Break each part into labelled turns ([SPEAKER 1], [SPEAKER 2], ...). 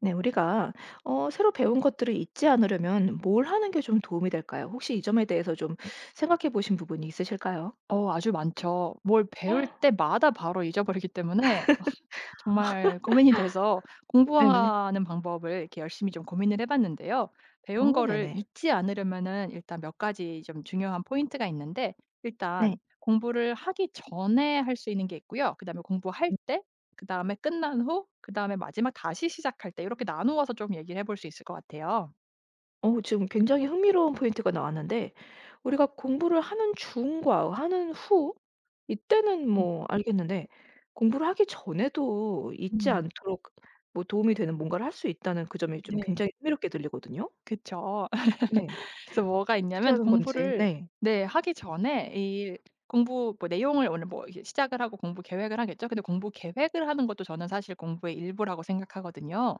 [SPEAKER 1] 네, 우리가 새로 배운 것들을 잊지 않으려면 뭘 하는 게 좀 도움이 될까요? 혹시 이 점에 대해서 좀 생각해 보신 부분이 있으실까요?
[SPEAKER 2] 아주 많죠. 뭘 배울 때마다 바로 잊어버리기 때문에 정말 고민이 돼서
[SPEAKER 1] 네네.
[SPEAKER 2] 공부하는 방법을 이렇게 열심히 좀 고민을 해 봤는데요. 배운 거를
[SPEAKER 1] 네네.
[SPEAKER 2] 잊지 않으려면은 일단 몇 가지 좀 중요한 포인트가 있는데 일단
[SPEAKER 1] 네.
[SPEAKER 2] 공부를 하기 전에 할 수 있는 게 있고요. 그다음에 공부할 때, 그다음에 끝난 후, 그다음에 마지막 다시 시작할 때 이렇게 나누어서 좀 얘기를 해볼 수 있을 것 같아요.
[SPEAKER 1] 지금 굉장히 흥미로운 포인트가 나왔는데, 우리가 공부를 하는 중과 하는 후, 이때는
[SPEAKER 2] 음.
[SPEAKER 1] 뭐 알겠는데, 공부를 하기 전에도 잊지
[SPEAKER 2] 음.
[SPEAKER 1] 않도록 뭐 도움이 되는 뭔가를 할 수 있다는 그 점이 좀
[SPEAKER 2] 네.
[SPEAKER 1] 굉장히 흥미롭게 들리거든요.
[SPEAKER 2] 그쵸.
[SPEAKER 1] 네.
[SPEAKER 2] 그래서 뭐가
[SPEAKER 1] 어떻게
[SPEAKER 2] 있냐면
[SPEAKER 1] 하는 건지.
[SPEAKER 2] 공부를
[SPEAKER 1] 네.
[SPEAKER 2] 네 하기 전에 이 공부 뭐 내용을 오늘 뭐 이제 시작을 하고 공부 계획을 하겠죠. 근데 공부 계획을 하는 것도 저는 사실 공부의 일부라고 생각하거든요.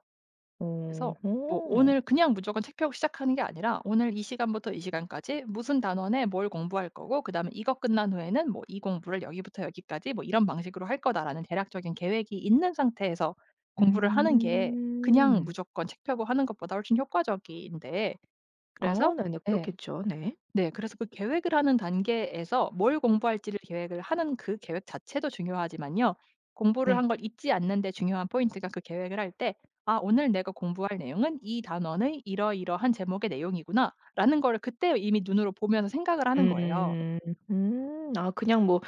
[SPEAKER 2] 그래서 뭐
[SPEAKER 1] 어.
[SPEAKER 2] 오늘 그냥 무조건 책 펴고 시작하는 게 아니라 오늘 이 시간부터 이 시간까지 무슨 단원에 뭘 공부할 거고 그다음에 이거 끝난 후에는 뭐 이 공부를 여기부터 여기까지 뭐 이런 방식으로 할 거다라는 대략적인 계획이 있는 상태에서 공부를 하는 게 그냥
[SPEAKER 1] 음.
[SPEAKER 2] 무조건 책 펴고 하는 것보다 훨씬 효과적인데 그래서.
[SPEAKER 1] 네네.
[SPEAKER 2] 네.
[SPEAKER 1] 그렇겠죠. 네.
[SPEAKER 2] 네. 그래서 그 계획을 하는 단계에서 뭘 공부할지를 계획을 하는 그 계획 자체도 중요하지만요. 공부를
[SPEAKER 1] 네.
[SPEAKER 2] 한 걸 잊지 않는 데 중요한 포인트가 그 계획을 할 때 '아 오늘 내가 공부할 내용은 이 단원의 이러이러한 제목의 내용이구나.'라는 걸 그때 이미 눈으로 보면서 생각을 하는 거예요.
[SPEAKER 1] 음. 음. 아, 그냥 뭐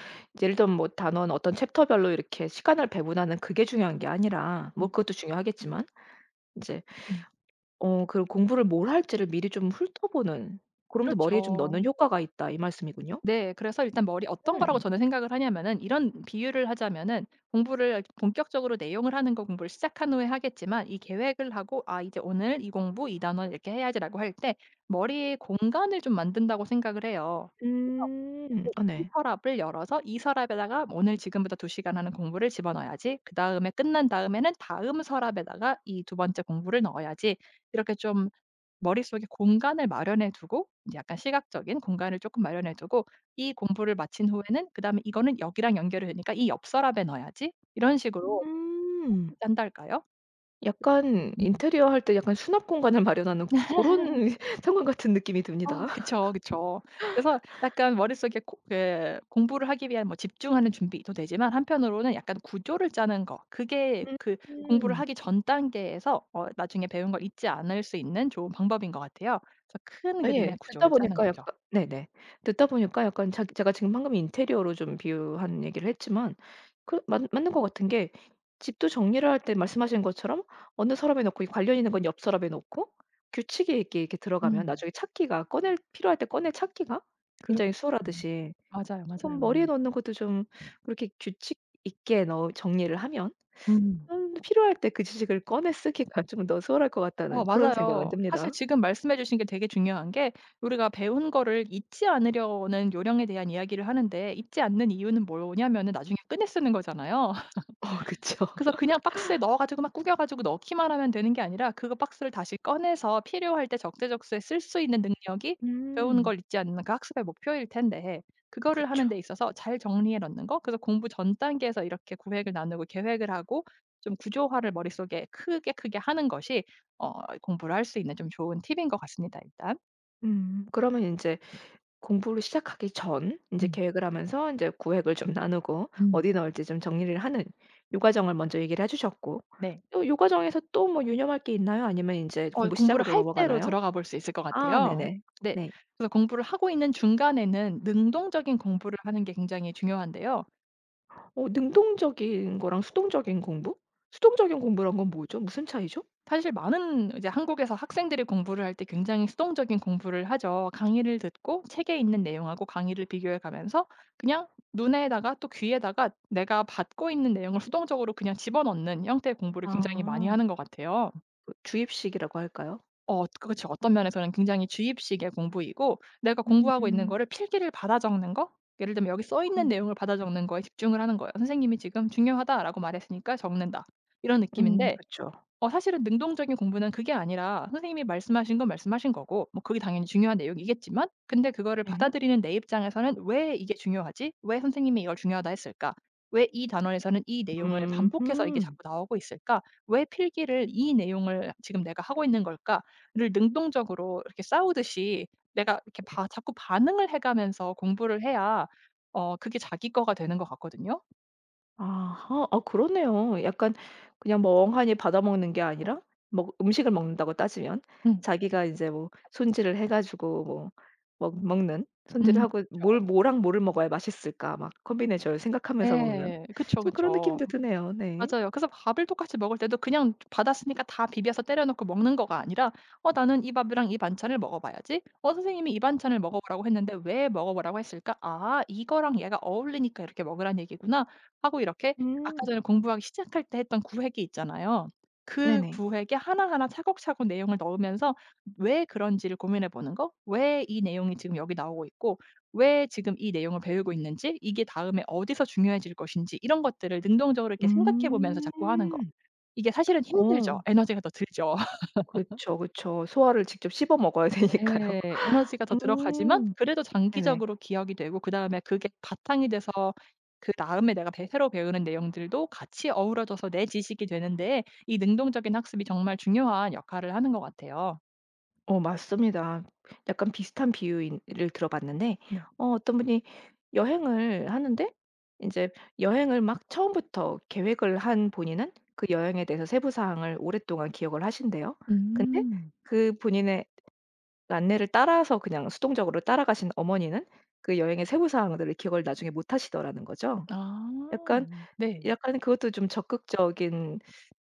[SPEAKER 1] 예를 들면 뭐 단원 어떤 챕터별로 이렇게 시간을 배분하는 그게 중요한 게 아니라 뭐
[SPEAKER 2] 음.
[SPEAKER 1] 그것도 중요하겠지만 이제
[SPEAKER 2] 음.
[SPEAKER 1] 그 공부를 뭘 할지를 미리 좀 훑어보는, 그러면서 머리에 좀 넣는
[SPEAKER 2] 그렇죠.
[SPEAKER 1] 효과가 있다 이 말씀이군요.
[SPEAKER 2] 네. 그래서 일단 머리 어떤 거라고
[SPEAKER 1] 음.
[SPEAKER 2] 저는 생각을 하냐면은 이런 비유를 하자면은, 공부를 본격적으로 내용을 하는 거 공부를 시작한 후에 하겠지만 이 계획을 하고 '아 이제 오늘 이 공부 이 단원 이렇게 해야지.'라고 할 때 머리에 공간을 좀 만든다고 생각을 해요. 그래서
[SPEAKER 1] 음. 아,
[SPEAKER 2] 이
[SPEAKER 1] 네.
[SPEAKER 2] 서랍을 열어서 이 서랍에다가 '오늘 지금부터 2시간 하는 공부를 집어넣어야지. 그다음에 끝난 다음에는 다음 서랍에다가 이 두 번째 공부를 넣어야지.' 이렇게 좀 머릿속에 공간을 마련해 두고 이제 약간 시각적인 공간을 조금 마련해 두고 '이 공부를 마친 후에는 그다음에 이거는 여기랑 연결이 되니까 이 옆 서랍에 넣어야지.' 이런 식으로
[SPEAKER 1] 음.
[SPEAKER 2] 짠달까요?
[SPEAKER 1] 약간
[SPEAKER 2] 음.
[SPEAKER 1] 인테리어 할 때 약간 수납 공간을 마련하는 그런 상황 같은 느낌이
[SPEAKER 2] 아
[SPEAKER 1] 듭니다.
[SPEAKER 2] 그쵸, 그쵸. 그래서 약간 머릿속에 고 그 공부를 하기 위한 뭐 집중하는 준비도 되지만 한편으로는 약간 구조를 짜는 거, 그게 그 공부를
[SPEAKER 1] 음.
[SPEAKER 2] 하기 전 단계에서 나중에 배운 걸 잊지 않을 수 있는 좋은 방법인 것 같아요. 그래서 큰
[SPEAKER 1] 아, 예.
[SPEAKER 2] 그림의
[SPEAKER 1] 듣다
[SPEAKER 2] 구조를 짜는
[SPEAKER 1] 보니까
[SPEAKER 2] 거죠.
[SPEAKER 1] 약간
[SPEAKER 2] 네.
[SPEAKER 1] 네네. 듣다 보니까 약간 자기 제가 지금 방금 인테리어로 좀 비유한 얘기를 했지만 그 맞 맞는 것 같은 게 집도 정리를 할 때 말씀하신 것처럼 어느 서랍에 놓고 이 관련 있는 건 옆 서랍에 놓고 규칙이 있게 이렇게 들어가면
[SPEAKER 2] 음.
[SPEAKER 1] 나중에 찾기가, 꺼낼 필요할 때 꺼내 찾기가
[SPEAKER 2] 그렇 죠.
[SPEAKER 1] 굉장히 수월하듯이
[SPEAKER 2] 맞아요, 맞아요.
[SPEAKER 1] 쪼금 머리에 넣는 것도 좀 그렇게 규칙 있게 넣 정리를 하면
[SPEAKER 2] 음.
[SPEAKER 1] 좀 필요할 때 그 지식을 꺼내 쓰기가 좀 더 수월할 것 같다는 그런 생각은
[SPEAKER 2] 맞아요. 사실
[SPEAKER 1] 듭니다.
[SPEAKER 2] 지금 말씀해 주신 게 되게 중요한 게, 우리가 배운 거를 잊지 않으려는 요령에 대한 이야기를 하는데 잊지 않는 이유는 뭐냐면은 나중에 꺼내 쓰는 거잖아요.
[SPEAKER 1] 그쵸.
[SPEAKER 2] 그래서 그냥 박스에 넣어 가지고 막 구겨 가지고 넣기만 하면 되는 게 아니라 그거 박스를 다시 꺼내서 필요할 때 적재적소에 쓸 수 있는 능력이 배우는
[SPEAKER 1] 음.
[SPEAKER 2] 걸 잊지 않는 그 학습의 목표일 텐데, 그거를
[SPEAKER 1] 그쵸.
[SPEAKER 2] 하는 데 있어서 잘 정리해 놓는 거, 그래서 공부 전 단계에서 이렇게 구획을 나누고 계획을 하고 좀 구조화를 머릿속에 크게, 크게 하는 것이 어 공부를 할 수 있는 좀 좋은 팁인 것 같습니다 일단.
[SPEAKER 1] 음. 그러면 인제 공부를 시작하기 전 인제
[SPEAKER 2] 음.
[SPEAKER 1] 계획을 하면서 인제 구획을 좀 나누고
[SPEAKER 2] 음.
[SPEAKER 1] 어디 넣을지 좀 정리를 하는 요 과정을 먼저 얘기를 해 주셨고,
[SPEAKER 2] 네.
[SPEAKER 1] 또 요 과정에서 또 뭐 유념할 게 있나요? 아니면 인제 공부
[SPEAKER 2] 공부를
[SPEAKER 1] 시작으로
[SPEAKER 2] 할 때로
[SPEAKER 1] 넘어가나요?
[SPEAKER 2] 들어가 볼 수 있을 것
[SPEAKER 1] 아,
[SPEAKER 2] 같아요.
[SPEAKER 1] 네네.
[SPEAKER 2] 네.
[SPEAKER 1] 네.
[SPEAKER 2] 그래서 공부를 하고 있는 중간에는 능동적인 공부를 하는 게 굉장히 중요한데요.
[SPEAKER 1] 능동적인 거랑 수동적인 공부? 수동적인 공부란 건 뭐죠? 무슨 차이죠?
[SPEAKER 2] 사실 많은 이제 한국에서 학생들이 공부를 할 때 굉장히 수동적인 공부를 하죠. 강의를 듣고 책에 있는 내용하고 강의를 비교해 가면서 그냥 눈에다가 또 귀에다가 내가 받고 있는 내용을 수동적으로 그냥 집어넣는 형태의 공부를 굉장히 많이
[SPEAKER 1] 아.
[SPEAKER 2] 하는 것 같아요.
[SPEAKER 1] 그 주입식이라고 할까요?
[SPEAKER 2] 그렇지 어떤 면에서는 굉장히 주입식의 공부이고, 내가 공부하고 있는
[SPEAKER 1] 음.
[SPEAKER 2] 거를 필기를 받아 적는 거, 예를 들면 여기 써 있는
[SPEAKER 1] 음.
[SPEAKER 2] 내용을 받아 적는 거에 집중을 하는 거예요. '선생님이 지금 '중요하다.'라고 말했으니까 적는다.' 이런
[SPEAKER 1] 음.
[SPEAKER 2] 느낌인데,
[SPEAKER 1] 그쵸.
[SPEAKER 2] 사실은 능동적인 공부는 그게 아니라 선생님이 말씀하신 건 말씀하신 거고 뭐 그게 당연히 중요한 내용이겠지만 근데 그거를
[SPEAKER 1] 네.
[SPEAKER 2] 받아들이는 내 입장에서는 '왜 이게 중요하지? 왜 선생님이 이걸 중요하다 했을까? 왜 이 단원에서는 이 내용을 반복해서 이게 자꾸
[SPEAKER 1] 음음.
[SPEAKER 2] 나오고 있을까? 왜 필기를 이 내용을 지금 내가 하고 있는 걸까?'를 능동적으로 이렇게 싸우듯이 내가 이렇게 봐, 자꾸 반응을 해 가면서 공부를 해야 그게 자기 거가 되는 것 같거든요.
[SPEAKER 1] 아하. 아, 그러네요. 약간 그냥 뭐 멍하니 받아 먹는 게 아니라 먹 음식을 먹는다고 따지면
[SPEAKER 2] 음.
[SPEAKER 1] 자기가 이제 뭐 손질을 해 가지고 뭐 먹 먹는 손질을
[SPEAKER 2] 음.
[SPEAKER 1] 하고
[SPEAKER 2] 그쵸.
[SPEAKER 1] '뭘, 뭐랑 뭐를 먹어야 맛있을까?' 막 컨비네이션을 생각하면서 먹는,
[SPEAKER 2] 예. 그쵸,
[SPEAKER 1] 좀 그런
[SPEAKER 2] 그쵸.
[SPEAKER 1] 느낌도 드네요. 네.
[SPEAKER 2] 맞아요. 그래서 밥을 똑같이 먹을 때도 그냥 받았으니까 다 비벼서 때려 넣고 먹는 거가 아니라 '어 나는 이 밥이랑 이 반찬을 먹어봐야지. 어 선생님이 이 반찬을 먹어보라고 했는데 왜 먹어보라고 했을까? 아 이거랑 얘가 어울리니까 이렇게 먹으란 얘기구나.' 하고 이렇게, 아까
[SPEAKER 1] 음.
[SPEAKER 2] 전에 공부하기 시작할 때 했던 구획이 있잖아요. 그
[SPEAKER 1] 네네.
[SPEAKER 2] 구획에 하나하나 차곡차곡 내용을 넣으면서 왜 그런지를 고민해 보는 거, 왜 이 내용이 지금 여기 나오고 있고 왜 지금 이 내용을 배우고 있는지, 이게 다음에 어디서 중요해질 것인지 이런 것들을 능동적으로 이렇게 생각해 보면서 자꾸 하는 거.
[SPEAKER 1] 음.
[SPEAKER 2] 이게 사실은
[SPEAKER 1] 어.
[SPEAKER 2] 힘들죠. 에너지가 더 들죠.
[SPEAKER 1] 그쵸, 그쵸. 소화를 직접 씹어 먹어야 되니까요.
[SPEAKER 2] 예. 에너지가 더 들어가지만
[SPEAKER 1] 음.
[SPEAKER 2] 그래도
[SPEAKER 1] 네네.
[SPEAKER 2] 장기적으로 기억이 되고, 그다음에 그게 바탕이 돼서 그다음에 내가 배 새로 배우는 내용들도 같이 어우러져서 내 지식이 되는데, 이 능동적인 학습이 정말 중요한 역할을 하는 것 같아요.
[SPEAKER 1] 맞습니다. 약간 비슷한 비유인 를 들어봤는데
[SPEAKER 2] 네.
[SPEAKER 1] 어떤 분이 여행을 하는데 이제 여행을 막 처음부터 계획을 한 본인은 그 여행에 대해서 세부 사항을 오랫동안 기억을 하신대요. 근데
[SPEAKER 2] 음.
[SPEAKER 1] 그 본인의 안내를 따라서 그냥 수동적으로 따라가신 어머니는 그 여행의 세부 사항들을 기억을 나중에 못 하시더라는 거죠.
[SPEAKER 2] 아.
[SPEAKER 1] 약간
[SPEAKER 2] 네.
[SPEAKER 1] 약간 그것도 좀 적극적인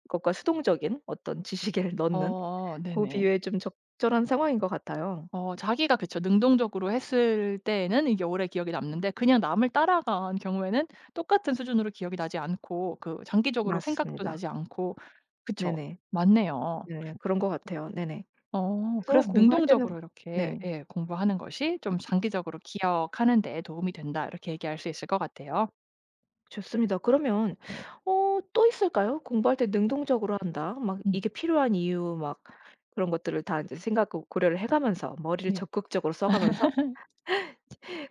[SPEAKER 1] 것과 수동적인 어떤 지식을 넣는
[SPEAKER 2] 어
[SPEAKER 1] 그
[SPEAKER 2] 네네.
[SPEAKER 1] 비유에 좀 적절한 상황인 것 같아요.
[SPEAKER 2] 자기가 그쵸. 능동적으로 했을 때에는 이게 오래 기억에 남는데, 그냥 남을 따라간 경우에는 똑같은 수준으로 기억이 나지 않고 그 장기적으로 생각도
[SPEAKER 1] 맞습니다.
[SPEAKER 2] 나지 않고. 그쵸.
[SPEAKER 1] 네네.
[SPEAKER 2] 맞네요.
[SPEAKER 1] 네. 그런 것 같아요. 네네. 그래서
[SPEAKER 2] 그래서
[SPEAKER 1] 공부할 때는
[SPEAKER 2] 능동적으로 이렇게
[SPEAKER 1] 네.
[SPEAKER 2] 예 공부하는 것이 좀 장기적으로 기억하는 데 도움이 된다 이렇게 얘기할 수 있을 것 같아요.
[SPEAKER 1] 좋습니다. 그러면 어 또 있을까요? 공부할 때 능동적으로 한다. 막
[SPEAKER 2] 음.
[SPEAKER 1] 이게 필요한 이유 막 그런 것들을 다 인제 생각 고 고려를 해 가면서 머리를
[SPEAKER 2] 네.
[SPEAKER 1] 적극적으로 써 가면서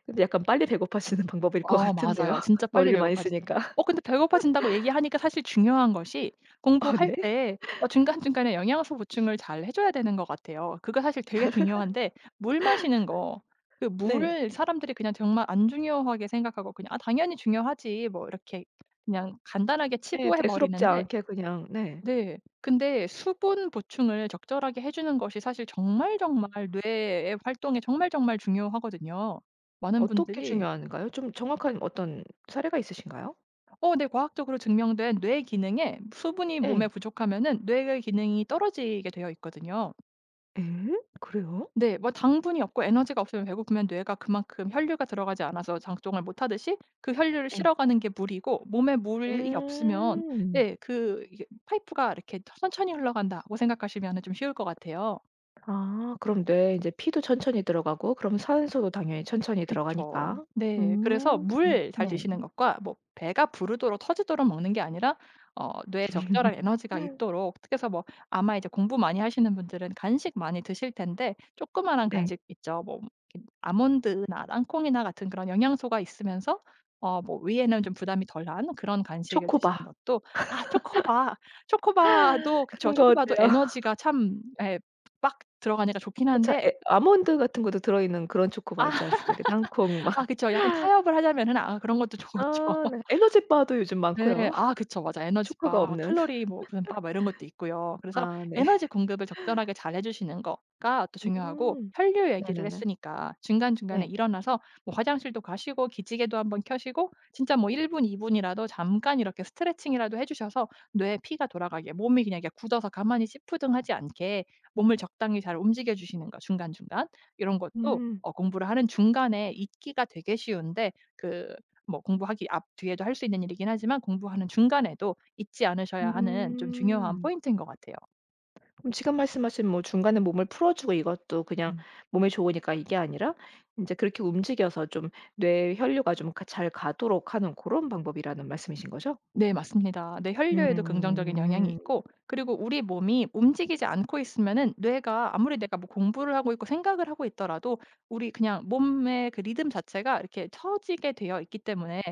[SPEAKER 1] 근데 약간 빨리 배고파지는 방법일 것
[SPEAKER 2] 아
[SPEAKER 1] 같은데요.
[SPEAKER 2] 맞아요. 진짜 빨리
[SPEAKER 1] 머리를 많이
[SPEAKER 2] 배고파지죠.
[SPEAKER 1] 쓰니까.
[SPEAKER 2] 근데 배고파진다고 얘기하니까 사실 중요한 것이, 공부할
[SPEAKER 1] 네.
[SPEAKER 2] 때 중간중간에 영양소 보충을 잘 해 줘야 되는 것 같아요. 그거 사실 되게 중요한데 물 마시는 거, 그
[SPEAKER 1] 네.
[SPEAKER 2] 물을 사람들이 그냥 정말 안 중요하게 생각하고 그냥 '아 당연히 중요하지.' 뭐 이렇게 그냥 간단하게
[SPEAKER 1] 예.
[SPEAKER 2] 치부해
[SPEAKER 1] 대수롭지
[SPEAKER 2] 버리는데.
[SPEAKER 1] 않게 그냥 네.
[SPEAKER 2] 네. 근데 수분 보충을 적절하게 해 주는 것이 사실 정말 정말 뇌의 활동에 정말 정말 중요하거든요. 많은
[SPEAKER 1] 어떻게
[SPEAKER 2] 분들이
[SPEAKER 1] 중요한가요? 좀 정확한 어떤 사례가 있으신가요?
[SPEAKER 2] 어 네. 과학적으로 증명된 뇌 기능에 수분이 몸에
[SPEAKER 1] 예.
[SPEAKER 2] 부족하면은 뇌의 기능이 떨어지게 되어 있거든요.
[SPEAKER 1] 예? 그래요?
[SPEAKER 2] 네. 뭐 당분이 없고 에너지가 없으면 배고프면 뇌가 그만큼 혈류가 들어가지 않아서 작동을 못하듯이, 그 혈류를
[SPEAKER 1] 예.
[SPEAKER 2] 실어가는 게 물이고 몸에 물이 없으면,
[SPEAKER 1] 음.
[SPEAKER 2] 네 그 이게 '파이프가 이렇게 천천히 흘러간다.'고 생각하시면은 좀 쉬울 것 같아요.
[SPEAKER 1] 아, 그럼 뇌에 이제 피도 천천히 들어가고 그럼 산소도 당연히 천천히
[SPEAKER 2] 그쵸.
[SPEAKER 1] 들어가니까.
[SPEAKER 2] 네. 그래서
[SPEAKER 1] 음.
[SPEAKER 2] 물 잘
[SPEAKER 1] 네.
[SPEAKER 2] 드시는 것과, 뭐 배가 부르도록 터지도록 먹는 게 아니라 뇌에 적절한 에너지가 있도록 특해서, 뭐 아마 이제 공부 많이 하시는 분들은 간식 많이 드실 텐데 조그마한
[SPEAKER 1] 네.
[SPEAKER 2] 간식 있죠. 뭐 이렇게 아몬드나 땅콩이나 같은 그런 영양소가 있으면서 뭐 위에는 좀 부담이 덜한 그런 간식을
[SPEAKER 1] 초코바
[SPEAKER 2] 드시는 것도. 아 초코바. 초코바도 그쵸.
[SPEAKER 1] 그런 거
[SPEAKER 2] 초코바도
[SPEAKER 1] 어때요?
[SPEAKER 2] 에너지가 참 예 빡 들어가니까 좋긴
[SPEAKER 1] 자,
[SPEAKER 2] 한데.
[SPEAKER 1] 에 아몬드 같은 것도 들어있는 그런 초코바 있지
[SPEAKER 2] 아
[SPEAKER 1] 않습니까? 땅콩
[SPEAKER 2] 아
[SPEAKER 1] 막.
[SPEAKER 2] 그쵸. 약간 타협을 하자면은 아 그런 것도 좋죠.
[SPEAKER 1] 아, 네. 에너지바도 요즘
[SPEAKER 2] 네.
[SPEAKER 1] 많고요.
[SPEAKER 2] 아 그쵸. 맞아,
[SPEAKER 1] 초코가
[SPEAKER 2] 에너지바, 뭐
[SPEAKER 1] 없는.
[SPEAKER 2] 칼로리 뭐 무슨 바 막 이런 것도 있고요. 그래서
[SPEAKER 1] 아, 네.
[SPEAKER 2] 에너지 공급을 적절하게 잘 해 주시는 거가 또 중요하고,
[SPEAKER 1] 음.
[SPEAKER 2] 혈류 얘기를
[SPEAKER 1] 네네네.
[SPEAKER 2] 했으니까 중간중간에
[SPEAKER 1] 네.
[SPEAKER 2] 일어나서 뭐 화장실도 가시고 기지개도 한번 켜시고 진짜 뭐 1분 분, 2분 분이라도 잠깐 이렇게 스트레칭이라도 해 주셔서 뇌에 피가 돌아가게, 몸이 그냥 이렇게 굳어서 가만히 씹프등하지 않게 몸을 적당히 잘 움직여 주시는 거 중간중간. 이런 것도
[SPEAKER 1] 음.
[SPEAKER 2] 공부를 하는 중간에 잊기가 되게 쉬운데 그 뭐 공부하기 앞 뒤에도 할 수 있는 일이긴 하지만 공부하는 중간에도 잊지 않으셔야 하는 좀 중요한
[SPEAKER 1] 음.
[SPEAKER 2] 포인트인 것 같아요.
[SPEAKER 1] 그럼 지금 말씀하신 뭐 중간에 몸을 풀어주고 이것도 그냥
[SPEAKER 2] 음.
[SPEAKER 1] 몸에 좋으니까 이게 아니라 이제 그렇게 움직여서 좀 뇌 혈류가 좀 잘 가도록 하는 그런 방법이라는 말씀이신 거죠?
[SPEAKER 2] 네 맞습니다. 뇌 혈류에도 긍정적인 영향이
[SPEAKER 1] 음.
[SPEAKER 2] 있고, 그리고 우리 몸이 움직이지 않고 있으면은 뇌가 아무리 내가 뭐 공부를 하고 있고 생각을 하고 있더라도 우리 그냥 몸의 그 리듬 자체가 이렇게 처지게 되어 있기 때문에,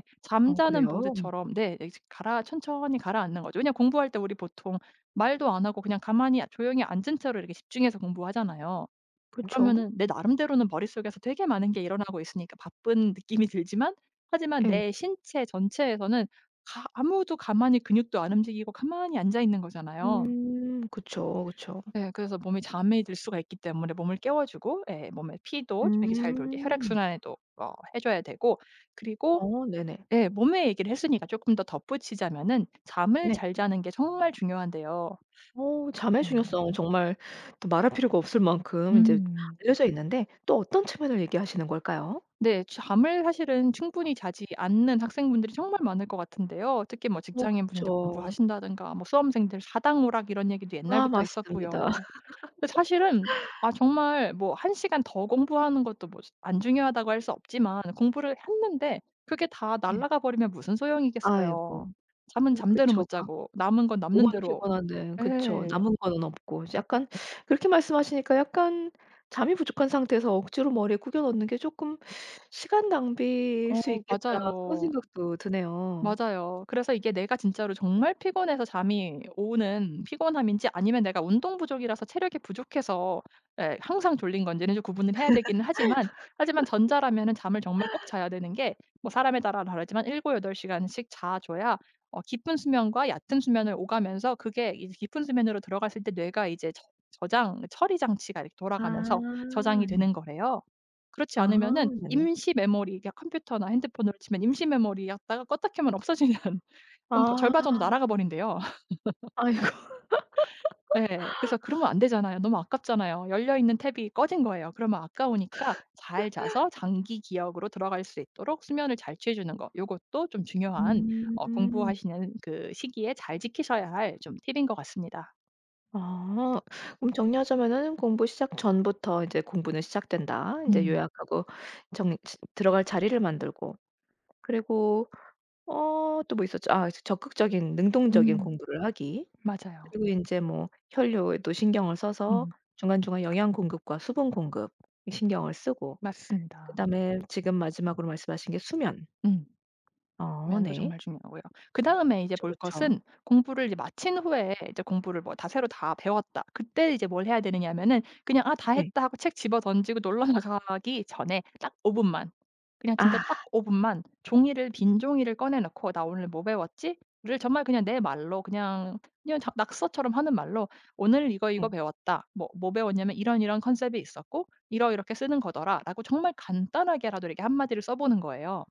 [SPEAKER 1] 어,
[SPEAKER 2] 잠자는
[SPEAKER 1] 그래요?
[SPEAKER 2] 보드처럼 네 네, 이제 가라 천천히 가라앉는 거죠. 왜냐면 공부할 때 우리 보통 말도 안 하고 그냥 가만히 조용히 앉은 채로 이렇게 집중해서 공부하잖아요.
[SPEAKER 1] 그쵸.
[SPEAKER 2] 그러면은 내 나름대로는 머릿속에서 되게 많은 게 일어나고 있으니까 바쁜 느낌이 들지만, 하지만
[SPEAKER 1] 예.
[SPEAKER 2] 내 신체 전체에서는 가 아무도 가만히 근육도 안 움직이고 가만히 앉아 있는 거잖아요.
[SPEAKER 1] 음. 그쵸, 그쵸.
[SPEAKER 2] 예 그래서 몸이 잠이 들 수가 있기 때문에 몸을 깨워 주고, 예 몸에 피도 좀 이렇게 잘 돌게 혈액
[SPEAKER 1] 음.
[SPEAKER 2] 순환에도 해 줘야 되고, 그리고
[SPEAKER 1] 네네.
[SPEAKER 2] 예 몸의 얘기를 했으니까 쪼끔 더 덧붙이자면은 잠을
[SPEAKER 1] 네.
[SPEAKER 2] 잘 자는 게 정말 중요한데요.
[SPEAKER 1] 잠의
[SPEAKER 2] 예.
[SPEAKER 1] 중요성 정말 또 말할 필요가 없을 만큼 이제
[SPEAKER 2] 음.
[SPEAKER 1] 알려져 있는데 또 어떤 측면을 얘기하시는 걸까요?
[SPEAKER 2] 네. 잠을 사실은 충분히 자지 않는 학생분들이 정말 많을 것 같은데요. 특히 뭐 직장인분인데
[SPEAKER 1] 그쵸.
[SPEAKER 2] 공부하신다든가 뭐 수험생들 사당오락 이런 얘기도
[SPEAKER 1] 아,
[SPEAKER 2] 옛날부터
[SPEAKER 1] 맞습니다.
[SPEAKER 2] 있었고요. 근데 사실은, 아 정말 뭐 한 시간 더 공부하는 것도 뭐 안 중요하다고 할 수 없지만 공부를 했는데 그게 다
[SPEAKER 1] 네.
[SPEAKER 2] 날아가 버리면 무슨
[SPEAKER 1] 아이고.
[SPEAKER 2] 소용이겠어요. 잠은
[SPEAKER 1] 음.
[SPEAKER 2] 잠대로
[SPEAKER 1] 그쵸.
[SPEAKER 2] 못
[SPEAKER 1] 가
[SPEAKER 2] 자고 남은 건 남는
[SPEAKER 1] 몸은
[SPEAKER 2] 대로.
[SPEAKER 1] 피곤한데 그쵸.
[SPEAKER 2] 예.
[SPEAKER 1] 남은 거는 없고 이제 약간 그렇게 말씀하시니까 약간 잠이 부족한 상태에서 억지로 머리에 구겨 넣는 게 쪼끔 '시간 낭비일
[SPEAKER 2] 어
[SPEAKER 1] 수 있겠다.' 그런
[SPEAKER 2] 맞아요.
[SPEAKER 1] 생각도 드네요.
[SPEAKER 2] 맞아요. 그래서 이게 내가 진짜로 정말 피곤해서 잠이 오는 피곤함인지 아니면 내가 운동 부족이라서 체력이 부족해서 예 항상 졸린 건지는 좀 구분을 해야 되기는 하지만, 하지만 전자라면은 잠을 정말 꼭 자야 되는 게, 뭐 사람에 따라 다르지만 7~8시간 시간씩 자 줘야 깊은 수면과 얕은 수면을 오가면서, 그게 이제 깊은 수면으로 들어갔을 때 뇌가 이제 저 저장 처리 장치가 이렇게
[SPEAKER 1] 아,
[SPEAKER 2] 돌아가면서 저장이
[SPEAKER 1] 네.
[SPEAKER 2] 되는 거래요. 그렇지
[SPEAKER 1] 아,
[SPEAKER 2] 않으면은
[SPEAKER 1] 네네.
[SPEAKER 2] 임시 메모리, 그러니까 컴퓨터나 핸드폰으로 치면 임시 메모리였다가 껐다 켜면 없어지는 한
[SPEAKER 1] 아.
[SPEAKER 2] 절반 정도 날아가 버린대요.
[SPEAKER 1] 아이고.
[SPEAKER 2] 예. 그래서 그러면 안 되잖아요. 너무 아깝잖아요. 열려 있는 탭이 꺼진 거예요. 그러면 아까우니까 잘 자서 장기 기억으로 들어갈 수 있도록 수면을 잘 취해 주는 거 요것도 좀 중요한,
[SPEAKER 1] 음.
[SPEAKER 2] 공부하시는 그 시기에 잘 지키셔야 할 좀 팁인 것 같습니다.
[SPEAKER 1] 아, 그럼 정리하자면은 '공부 시작 전부터 이제 공부는 시작된다.' 인제
[SPEAKER 2] 음.
[SPEAKER 1] 요약하고, 정 시 들어갈 자리를 만들고 그리고 또 뭐 있었죠? 아, 이제 적극적인, 능동적인
[SPEAKER 2] 음.
[SPEAKER 1] 공부를 하기.
[SPEAKER 2] 맞아요.
[SPEAKER 1] 그리고 인제 뭐 혈류에도 신경을 써서
[SPEAKER 2] 음.
[SPEAKER 1] 중간중간 영양 공급과 수분 공급, 이 신경을 쓰고
[SPEAKER 2] 맞습니다.
[SPEAKER 1] 그다음에 지금 마지막으로 말씀하신 게 수면.
[SPEAKER 2] 음. 면도
[SPEAKER 1] 네.
[SPEAKER 2] 정말 중요하고요. 그다음에 이제
[SPEAKER 1] 그쵸,
[SPEAKER 2] 볼
[SPEAKER 1] 그쵸.
[SPEAKER 2] 것은, 공부를 이제 마친 후에 이제 공부를 뭐 다 새로 다 배웠다. 그때 이제 뭘 해야 되느냐면은 그냥 '아 다
[SPEAKER 1] 네.
[SPEAKER 2] 했다.' 하고 책 집어 던지고 놀러 나가기 전에 딱 5분 분만, 그냥 진짜
[SPEAKER 1] 아,
[SPEAKER 2] 딱 5분 분만 종이를 빈 종이를 꺼내 놓고 '나 오늘 뭐 배웠지?'를 정말 그냥 내 말로 그냥, 그냥 자 낙서처럼 하는 말로, "오늘 이거, 이거
[SPEAKER 1] 네.
[SPEAKER 2] 배웠다. 뭐 뭐 배웠냐면 이런, 이런 컨셉이 있었고 이러이렇게 쓰는 거더라."라고 정말 간단하게라도 이렇게 한 마디를 써 보는 거예요.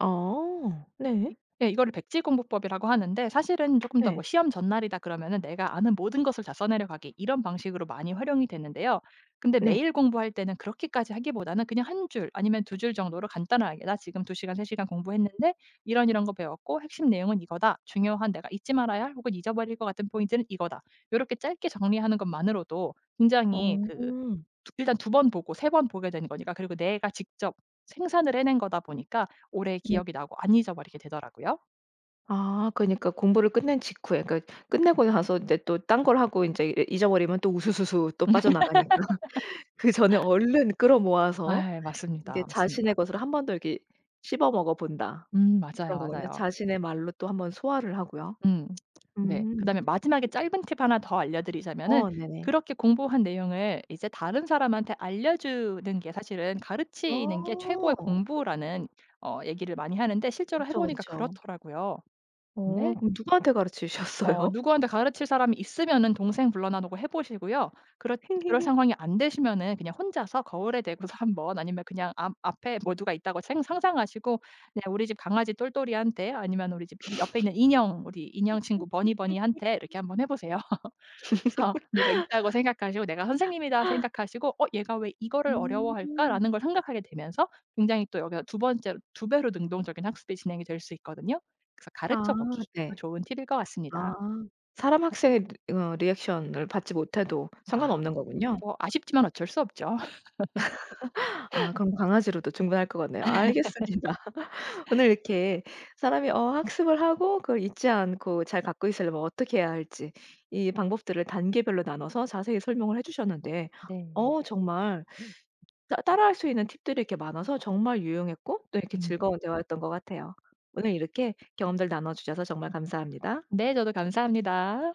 [SPEAKER 1] 네.
[SPEAKER 2] 이 예 이거를 백지 공부법이라고 하는데, 사실은 쪼끔 더 뭐
[SPEAKER 1] 네.
[SPEAKER 2] 시험 전날이다 그러면은 내가 아는 모든 것을 다 써내려가기 이런 방식으로 많이 활용이 되는데요. 근데
[SPEAKER 1] 네.
[SPEAKER 2] 매일 공부할 때는 그렇게까지 하기보다는 그냥 한 줄 아니면 두 줄 정도로 간단하게 "나 지금 2시간 시간, 3시간 시간 공부했는데 이런 이런 거 배웠고 핵심 내용은 이거다. 중요한 내가 잊지 말아야 할 혹은 잊어버릴 것 같은 포인트는 이거다." 요렇게 짧게 정리하는 것만으로도 굉장히 그
[SPEAKER 1] 어
[SPEAKER 2] 두 일단 두 번 보고 세 번 보게 되는 거니까, 그리고 내가 직접 생산을 해낸 거다 보니까 오래
[SPEAKER 1] 네.
[SPEAKER 2] 기억이 나고 안 잊어버리게 되더라고요.
[SPEAKER 1] 아, 그러니까 공부를 끝낸 직후에, 그러니까 끝내고 나서 인제 또 딴 걸 하고 인제 이 잊어버리면 또 우수수수 또 빠져나가니까 그 전에 얼른 끌어모아서
[SPEAKER 2] 아,
[SPEAKER 1] 이게
[SPEAKER 2] 맞습니다, 맞습니다.
[SPEAKER 1] 자신의 것을 한 번 더 이렇게 씹어 먹어 본다.
[SPEAKER 2] 맞아요,
[SPEAKER 1] 그런 거군요.
[SPEAKER 2] 맞아요.
[SPEAKER 1] 자신의 말로 또 한 번 소화를 하고요.
[SPEAKER 2] 음. 네.
[SPEAKER 1] 음.
[SPEAKER 2] 그다음에 마지막에 짧은 팁 하나 더 알려드리자면은,
[SPEAKER 1] 네네.
[SPEAKER 2] 그렇게 공부한 내용을 이제 다른 사람한테 알려주는 게, 사실은 가르치는 게
[SPEAKER 1] 어.
[SPEAKER 2] 최고의 공부라는 얘기를 많이 하는데 실제로 해
[SPEAKER 1] 그쵸,
[SPEAKER 2] 보니까
[SPEAKER 1] 그쵸.
[SPEAKER 2] 그렇더라고요. 네.
[SPEAKER 1] 그럼 누구한테 가르치셨어요?
[SPEAKER 2] 누구한테 가르칠 사람이 있으면은 동생 불러나 놓고 해 보시고요. 그렇 그럴 상황이 안 되시면은 그냥 혼자서 거울에 대고서 한번, 아니면 그냥 앞 앞에 모두가 있다고 생 상상하시고 그냥 우리 집 강아지 똘똘이한테, 아니면 우리 집 이 옆에 있는 인형 우리 인형 친구 버니버니한테 이렇게 한번 해 보세요. 그래서 누가 있다고 생각하시고 '내가 선생님이다.' 생각하시고 얘가 왜 이거를
[SPEAKER 1] 음.
[SPEAKER 2] 어려워할까?'라는 걸 생각하게 되면서 굉장히 또 여기서 두 번째로 배로 능동적인 학습이 진행이 될 수 있거든요. 그래서 가르쳐
[SPEAKER 1] 아,
[SPEAKER 2] 보기
[SPEAKER 1] 네.
[SPEAKER 2] 좋은 팁일 것
[SPEAKER 1] 아.
[SPEAKER 2] 같습니다.
[SPEAKER 1] 사람, 학생의 리 어 리액션을 받지 못해도
[SPEAKER 2] 아
[SPEAKER 1] 상관없는 거군요.
[SPEAKER 2] 뭐 아쉽지만 어쩔 수 없죠.
[SPEAKER 1] 아, 그럼 강아지로도 충분할 것 같네요. 알겠습니다. 오늘 이렇게 사람이 학습을 하고 그걸 잊지 않고 잘 갖고 있으려면 어떻게 해야 할지 이 방법들을 단계별로 나눠서 자세히 설명을 해 주셨는데
[SPEAKER 2] 네.
[SPEAKER 1] 정말 따 따라할 수 있는 팁들이 이렇게 많아서 정말 유용했고 또 이렇게
[SPEAKER 2] 음.
[SPEAKER 1] 즐거운 대화였던 것 같아요. 오늘 이렇게 경험들 나눠 주셔서 정말 감사합니다.
[SPEAKER 2] 네 저도 감사합니다.